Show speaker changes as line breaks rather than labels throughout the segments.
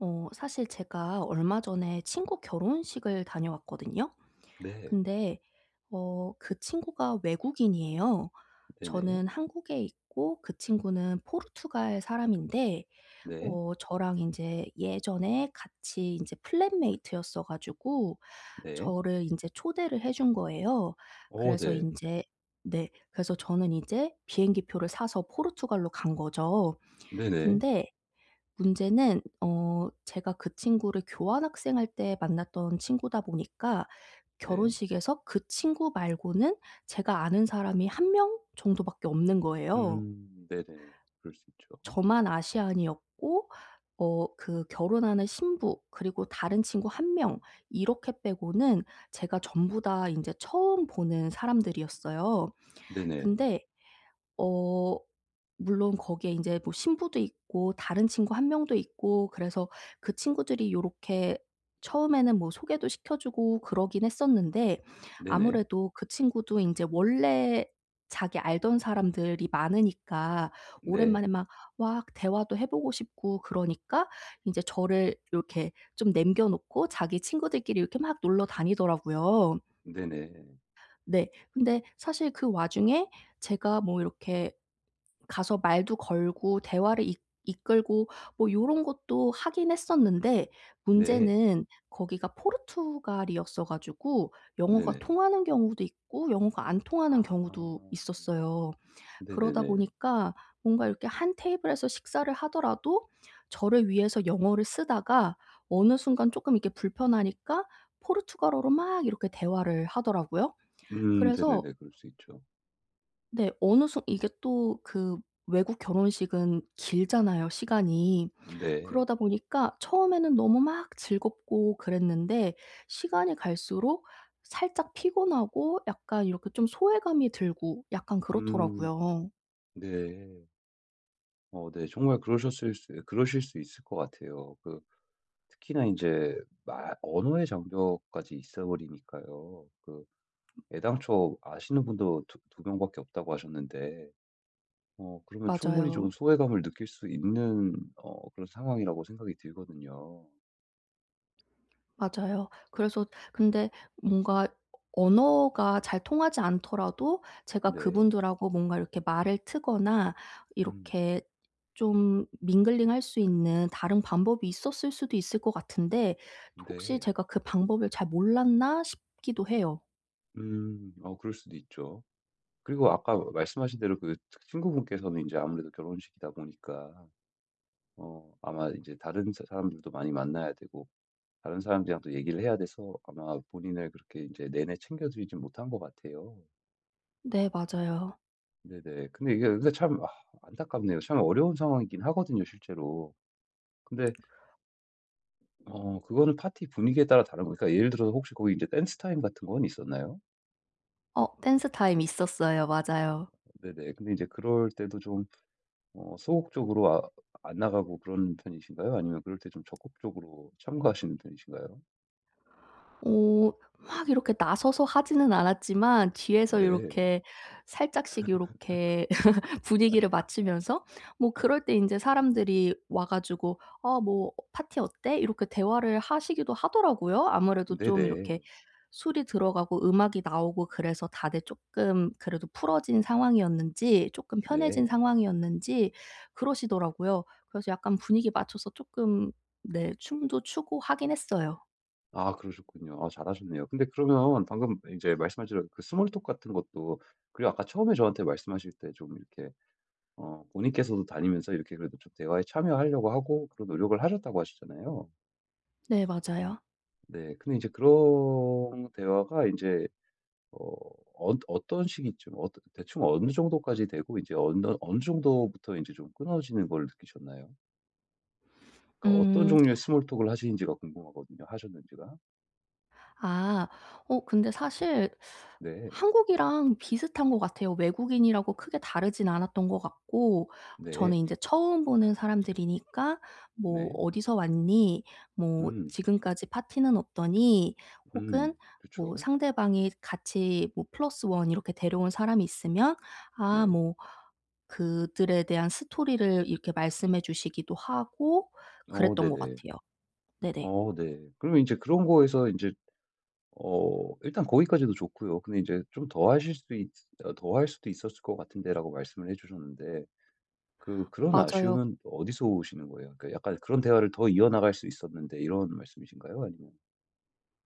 사실 제가 얼마 전에 친구 결혼식을 다녀왔거든요.
네.
근데 그 친구가 외국인이에요.
네네.
저는 한국에 있고 그 친구는 포르투갈 사람인데
네.
저랑 이제 예전에 같이 이제 플랫메이트였어 가지고
네.
저를 이제 초대를 해준 거예요.
어
그래서 이
네.
제 네. 그래서 저는 이제 비행기표를 사서 포르투갈로 간 거죠.
네네.
근데 문제는 제가 그 친구를 교환학생할 때 만났던 친구다 보니까
네.
결혼식에서 그 친구 말고는 제가 아는 사람이 한 명 정도밖에 없는 거예요.
네네. 그럴 수 있죠.
저만 아시안이었고 그 결혼하는 신부 그리고 다른 친구 한 명 이렇게 빼고는 제가 전부 다 인제 처음 보는 사람들이었어요.
네네.
근데 어 물론 거기에 인제 뭐 신부도 있고 다른 친구 한 명도 있고 그래서 그 친구들이 요렇게 처음에는 뭐 소개도 시켜 주고 그러긴 했었는데
네네.
아무래도 그 친구도 인제 원래 자기 알던 사람들이 많으니까
네.
오랜만에 막 막 대화도 해 보고 싶고 그러니까 인제 저를 요렇게 좀 남겨 놓고 자기 친구들끼리 이렇게 막 놀러 다니더라고요.
네네.
네. 근데 사실 그 와중에 제가 뭐 이렇게 가서 말도 걸고 대화를 이 이끌고 뭐 요런 것도 하긴 했었는데
네.
문제는 거기가 포르투갈이었어 가지고 영어가
네네.
통하는 경우도 있고 영어가 안 통하는
아.
경우도 있었어요. 그러다
네네네.
보니까 뭔가 이렇게 한 테이블에서 식사를 하더라도 저를 위해서 영어를 쓰다가 어느 순간 조금 이렇게 불편하니까 포르투갈어로 막 이렇게 대화를 하더라고요. 그래서.
네네네. 그럴 수 있죠.
네. 어느 순 이게 또 그 외국 결혼식은 길잖아요, 시간이.
네.
그러다 보니까 처음에는 너무 막 즐겁고 그랬는데 시간이 갈수록 살짝 피곤하고 약간 이렇게 좀 소외감이 들고 약간
음
그렇더라고요.
네. 어 네. 정말 그러셨을 수 그러실 수 있을 것 같아요. 그 특히나 이제말 언어의 장벽까지 있어 버리니까요. 그 애당초 아시는 분도 두 명밖에 없다고 하셨는데, 그러면 충분히 좀
맞아요.
소외감을 느낄 수 있는, 그런 상황이라고 생각이 들거든요.
맞아요. 그래서. 근데 뭔가 언어가 잘 통하지 않더라도 제가
네.
그분들하고 뭔가 이렇게 말을 트거나
음,
이렇게 좀 밍글링할 수 있는 다른 방법이 있었을 수도 있을 것 같은데 혹시
네.
제가 그 방법을 잘 몰랐나 싶기도 해요.
그럴 수도 있죠. 그리고 아까 말씀하신 대로 그 친구분께서는 이제 아무래도 결혼식이다 보니까, 아마 이제 다른 사람들도 많이 만나야 되고, 다른 사람들이랑 또 얘기를 해야 돼서 아마 본인을 그렇게 이제 내내 챙겨드리진 못한 것 같아요.
네, 맞아요.
네네. 근데 이게 근데 참 안타깝네요. 참 어려운 상황이긴 하거든요 실제로. 근데 그거는 파티 분위기에 따라 다른 거니까 예를 들어서 혹시 거기 이제 댄스 타임 같은 건 있었나요?
댄스 타임 있었어요. 맞아요.
네네. 근데 이제 그럴 때도 좀 소극적으로 안 나가고 그런 편이신가요? 아니면 그럴 때 좀 적극적으로 참가하시는 편이신가요?
어 막 이렇게 나서서 하지는 않았지만 뒤에서
네.
요렇게 살짝씩 요렇게 분위기를 맞추면서 뭐 그럴 때 인제 사람들이 와 가지고 "아, 뭐 파티 어때?" 이렇게 대화를 하시기도 하더라고요. 아무래도 좀 이렇게
네네.
술이 들어가고 음악이 나오고 그래서 다들 쪼끔 그래도 풀어진 상황이었는지 쪼끔
네.
편해진 상황이었는지 그러시더라고요. 그래서 약간 분위기 맞춰서 쪼끔 네, 춤도 추고 하긴 했어요.
아 그러셨군요. 아 잘하셨네요. 근데 그러면 방금 이제 말씀하신 그 스몰 톡 같은 것도 그리고 아까 처음에 저한테 말씀하실 때 좀 이렇게 본인께서도 다니면서 이렇게 그래도 좀 대화에 참여하려고 하고 그런 노력을 하셨다고 하시잖아요.
네, 맞아요.
네. 근데 이제 그런 대화가 이제어 어떤 시기쯤 대충 어느 정도까지 되고 이제 어느 정도부터 이제 좀 끊어지는 걸 느끼셨나요? 그러니까 어떤
음.
종류의 스몰 톡을 하시는지가 궁금하거든요, 하셨는지가.
아. 근데 사실
네.
한국이랑 비슷한 것 같아요. 외국인이라고 크게 다르진 않았던 것 같고
네.
저는 이제 처음 보는 사람들이니까 뭐
네.
"어디서 왔니?", 뭐
음.
"지금까지 파티는 어떠니?" 혹은
음. 그렇
뭐
죠
상대방이 같이 뭐 플러스 원 이렇게 데려온 사람이 있으면 아,
네.
뭐 그들에 대한 스토리를 이렇게 말씀해 주시기도 하고
어
그랬던 것
네네.
같아요. 네네.
어 네. 그러면 제 그런 거에서 이제 일단 거기까지도 좋고요. 근데 이제 좀 더 하실 수 있 어 더 할 수도 있었을 것 같은데라고 말씀을 해 주셨는데 그 그런
맞아요.
아쉬움은 어디서 오시는 거예요? 그러니까 약간 그런 대화를 더 이어나갈 수 있었는데 이런 말씀이신가요? 아니면.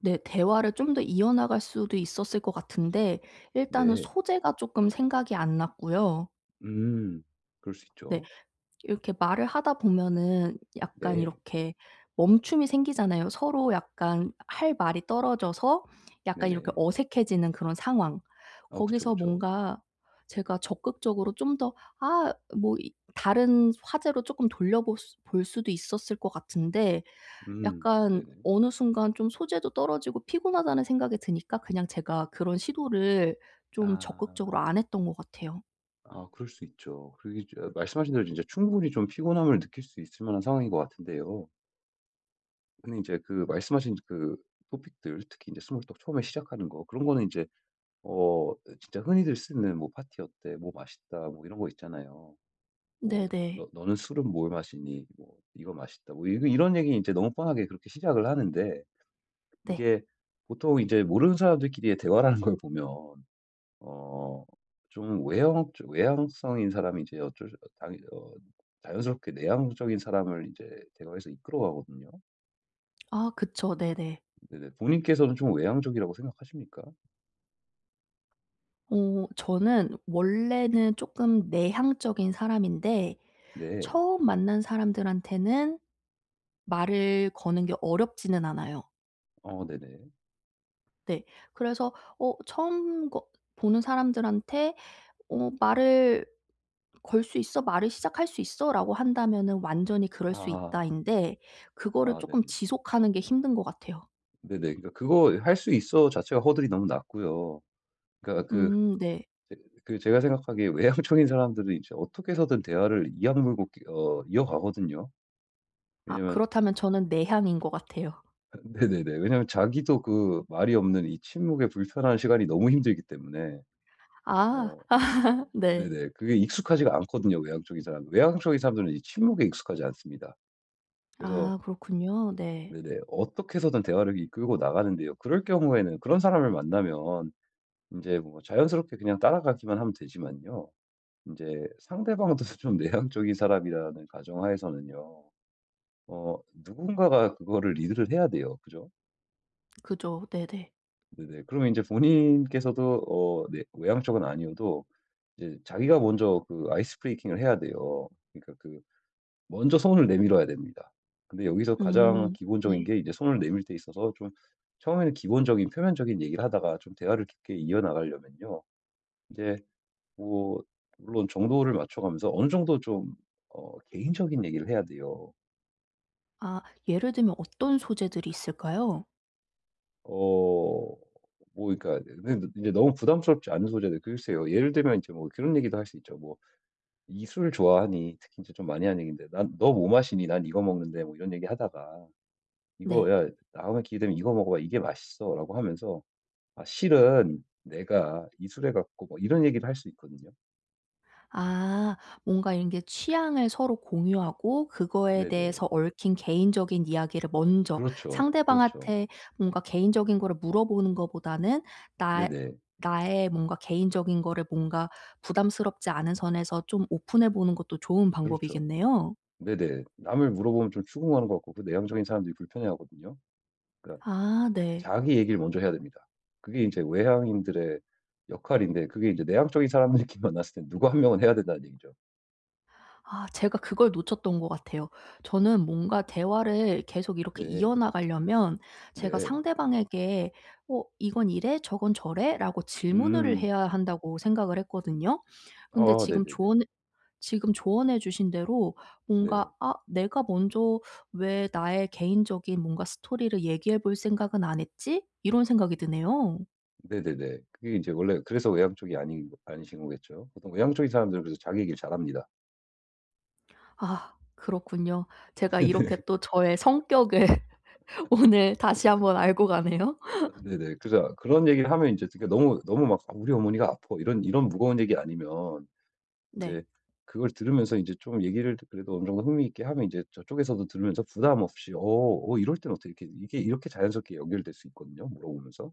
네. 대화를 좀 더 이어나갈 수도 있었을 것 같은데 일단은
네.
소재가 쪼끔 생각이 안 났고요.
음. 그럴 수
네.
있죠.
이렇게 말을 하다 보면은 약간
네.
이렇게 멈춤이 생기잖아요. 서로 약간 할 말이 떨어져서 약간 이렇게
네네.
어색해지는 그런 상황.
아 그쵸,
거기서
그쵸.
뭔가 제가 적극적으로 좀 더 아, 뭐 이 다른 화제로 쪼끔 돌려 볼 수도 있었을 것 같은데
음.
약간
네네.
어느 순간 좀 소재도 떨어지고 피곤하다는 생각이 드니까 그냥 제가 그런 시도를 좀
아.
적극적으로 안 했던 것 같아요.
아 그럴 수 있죠. 그리고 이제 말씀하신 대로 진짜 충분히 좀 피곤함을 느낄 수 있을 만한 상황인 것 같은데요. 근데 이제 그 말씀하신 그 토픽들 특히 이제 스몰 톡 처음에 시작하는 거 그런 거는 이제 진짜 흔히들 쓰는 뭐 "파티 어때?", "뭐 맛있다." 뭐 이런 거 있잖아요. 뭐
네네.
"너 너는 술은 뭘 마시니?", 뭐 "이거 맛있다." 뭐 이거 이런 얘기 이제 너무 뻔하게 그렇게 시작을 하는데
네.
이게 보통 이제 모르는 사람들끼리의 대화라는 걸 보면 어 좀 외향성인 사람이 이제 어쩔 수 당연 어 자연스럽게 내향적인 사람을 이제 대화에서 이끌어 가거든요.
아, 그쵸. 네네.
네네. 부모님께서는 좀 외향적이라고 생각하십니까?
저는 원래는 쪼끔 내향적인 사람인데
네.
처음 만난 사람들한테는 말을 거는 게 어렵지는 않아요.
어 네네.
네. 그래서 처음 거 보는 사람들한테 말을 "걸 수 있어? 말을 시작할 수 있어?" 라고 한다면은 완전히 "그럴 수
아.
있다."인데 그거를
아
조금
네네.
지속하는 게 힘든 것 같아요.
네네. 그러니까 그거 할 수 있어 자체가 허들이 너무 낮고요. 그러니까 그
음. 네.
제 그 제가 생각하기에 외향적인 사람들은 이제 어떻게 해서든 대화를 이악 물고 끼 어 이어가거든요.
아,
왜냐면
그렇다면 저는 내향인 것 같아요.
네네네. 왜냐면 자기도 그 말이 없는 이 침묵의 불편한 시간이 너무 힘들기 때문에
아
어
네.
네네. 그게 익숙하지가 않거든요, 외향적인 사람들은 이 침묵에 익숙하지 않습니다. 그래서
아, 그렇군요. 네.
네네. 어떻게 해서든 대화를 이끌고 나가는데요. 그럴 경우에는 그런 사람을 만나면 인제 뭐 자연스럽게 그냥 따라가기만 하면 되지만요. 인제 상대방도 좀 내향적인 사람이라는 가정하에서는요. 누군가가 그거를 리드를 해야 돼요. 그죠?
그죠. 네네.
네네. 그러면 인제 본인께서도 네, 외향적은 아니어도 이제 자기가 먼저 그 아이스 브레이킹을 해야 돼요. 그러니까 그 먼저 손을 내밀어야 됩니다. 근데 여기서 가장
음,
기본적인
네.
게 이제 손을 내밀 때 있어서 좀 처음에는 기본적인 표면적인 얘기를 하다가 좀 대화를 깊게 이어나가려면요. 이제 뭐 물론 정도를 맞춰가면서 어느 정도 좀 개인적인 얘기를 해야 돼요.
아, 예를 들면 어떤 소재들이 있을까요?
어 뭐 그러니까 근데 이제 너무 부담스럽지 않은 소재들 글쎄요. 예를 들면 이제 뭐 그런 얘기도 할 수 있죠. 뭐 "이 술 좋아하니?" 특히 이제 좀 많이 하는 얘기인데 "난 너 뭐 마시니? 난 이거 먹는데." 뭐 이런 얘기하다가 "이거
네.
야 다음에 기회 되면 이거 먹어봐. 이게 맛있어."라고 하면서 "아 실은 내가 이술해 갖고" 뭐 이런 얘기를 할 수 있거든요.
아, 뭔가 이런 게 취향을 서로 공유하고 그거에
네네.
대해서 얽힌 개인적인 이야기를 먼저
그렇죠. 그렇죠.
상대방한테 뭔가 개인적인 거를 물어보는 것보다는 나
네네.
나의 뭔가 개인적인 거를 뭔가 부담스럽지 않은 선에서 좀 오픈해 보는 것도 좋은
그렇죠.
방법이겠네요.
네네. 남을 물어보면 좀 추궁하는 것 같고 그 내향적인 사람들이 불편해하거든요. 그러니까
아, 네.
자기 얘기를 먼저 해야 됩니다. 그게 이제 외향인들의 역할인데 그게 이제 내향적인 사람들끼리 만났을 때 누구 한 명은 해야 된다는 얘기죠.
아, 제가 그걸 놓쳤던 것 같아요. 저는 뭔가 대화를 계속 이렇게
네.
이어나가려면 제가
네.
상대방에게 "어, 이건 이래. 저건 저래."라고 질문을
음.
해야 한다고 생각을 했거든요. 근데
아 네네네.
지금 조언해 주신 대로
네.
뭔가 '아, 내가 먼저 왜 나의 개인적인 뭔가 스토리를 얘기해 볼 생각은 안 했지?' 이런 생각이 드네요.
네네네. 그게 이제 원래 그래서 외향 쪽이 아닌 아니신 거겠죠. 보통 외향 쪽인 사람들은 그래서 자기 얘기를 잘합니다.
아, 그렇군요. 제가 이렇게 또 저의 성격을 오늘 다시 한번 알고 가네요.
네네. 그래서 그런 얘기를 하면 이제 그러니까 너무 너무 막 "아, "우리 어머니가 아파." 이런 무거운 얘기 아니면 이
네.
제 그걸 들으면서 이제 좀 얘기를 그래도 어느 정도 흥미 있게 하면 이제 저쪽에서도 들으면서 부담 없이 이럴 땐어게 이렇게 이게 이렇게 자연스럽게 연결될 수 있거든요, 물어보면서.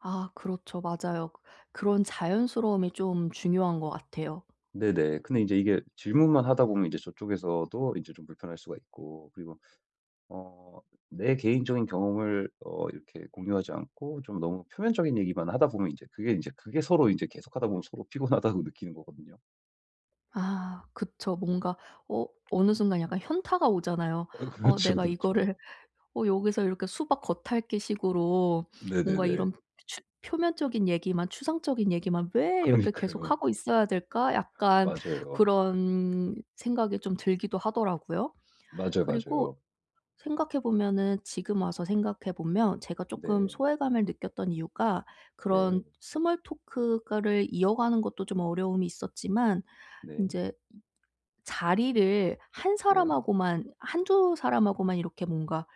아, 그렇죠. 맞아요. 그런 자연스러움이 좀 중요한 것 같아요.
네네. 근데 이제 이게 질문만 하다 보면 이제 저쪽에서도 이제 좀 불편할 수가 있고 그리고 어 내 개인적인 경험을 이렇게 공유하지 않고 좀 너무 표면적인 얘기만 하다 보면 이제 그게 서로 이제 계속하다 보면 서로 피곤하다고 느끼는 거거든요.
아, 그쵸. 뭔가 어 어느 순간 약간 현타가 오잖아요.
아 그렇죠,
내가
그렇죠.
이거를 여기서 이렇게 수박 겉핥기 식으로 뭔가
네네네.
이런 추 표면적인 얘기만 추상적인 얘기만 '왜 이렇게
그러니까요.
계속하고 있어야 될까?' 약간
맞아요.
그런 생각이 좀 들기도 하더라고요.
맞아요,
그리고
맞아요.
생각해 보면은 지금 와서 생각해 보면 제가 조금
네.
소외감을 느꼈던 이유가
네.
그런 스몰 토크를 이어가는 것도 좀 어려움이 있었지만
네.
인제 자리를 한
네.
사람하고만 한두 사람하고만 이렇게 뭔가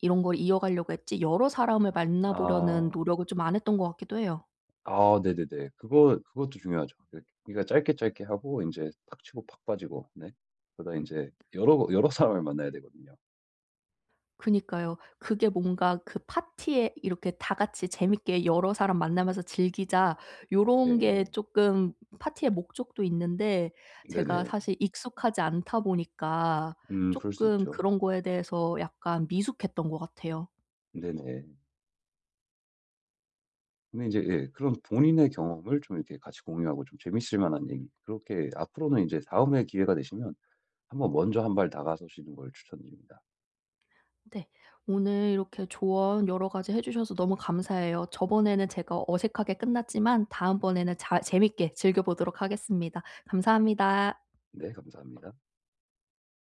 이런 걸 이어가려고 했지 여러 사람을 만나 보려는
아.
노력을 좀 안 했던 것 같기도 해요.
아 네네네. 그거 그것도 중요하죠. 그러니까 짧게 짧게 하고 이제 팍 치고 팍 빠지고. 네. 그러다 이제 여러 사람을 만나야 되거든요.
그니까요. 그게 뭔가 그 파티에 이렇게 다 같이 재밌게 여러 사람 만나면서 즐기자, 요런 게
네.
쪼끔 파티의 목적도 있는데 제가
네네.
사실 익숙하지 않다 보니까
그럴 수
쪼끔
있죠.
그런 거에 대해서 약간 미숙했던 것 같아요.
네네. 근데 이제 예 그런 본인의 경험을 좀 이렇게 같이 공유하고 좀 재밌을 만한 얘기 그렇게 앞으로는 이제 다음에 기회가 되시면 한번 먼저 한 발 다가서시는 걸 추천드립니다.
네. 오늘 이렇게 조언 여러 가지 해 주셔서 너무 감사해요. 저번에는 제가 어색하게 끝났지만 다음번에는 잘 재밌게 즐겨 보도록 하겠습니다. 감사합니다.
네 감사합니다.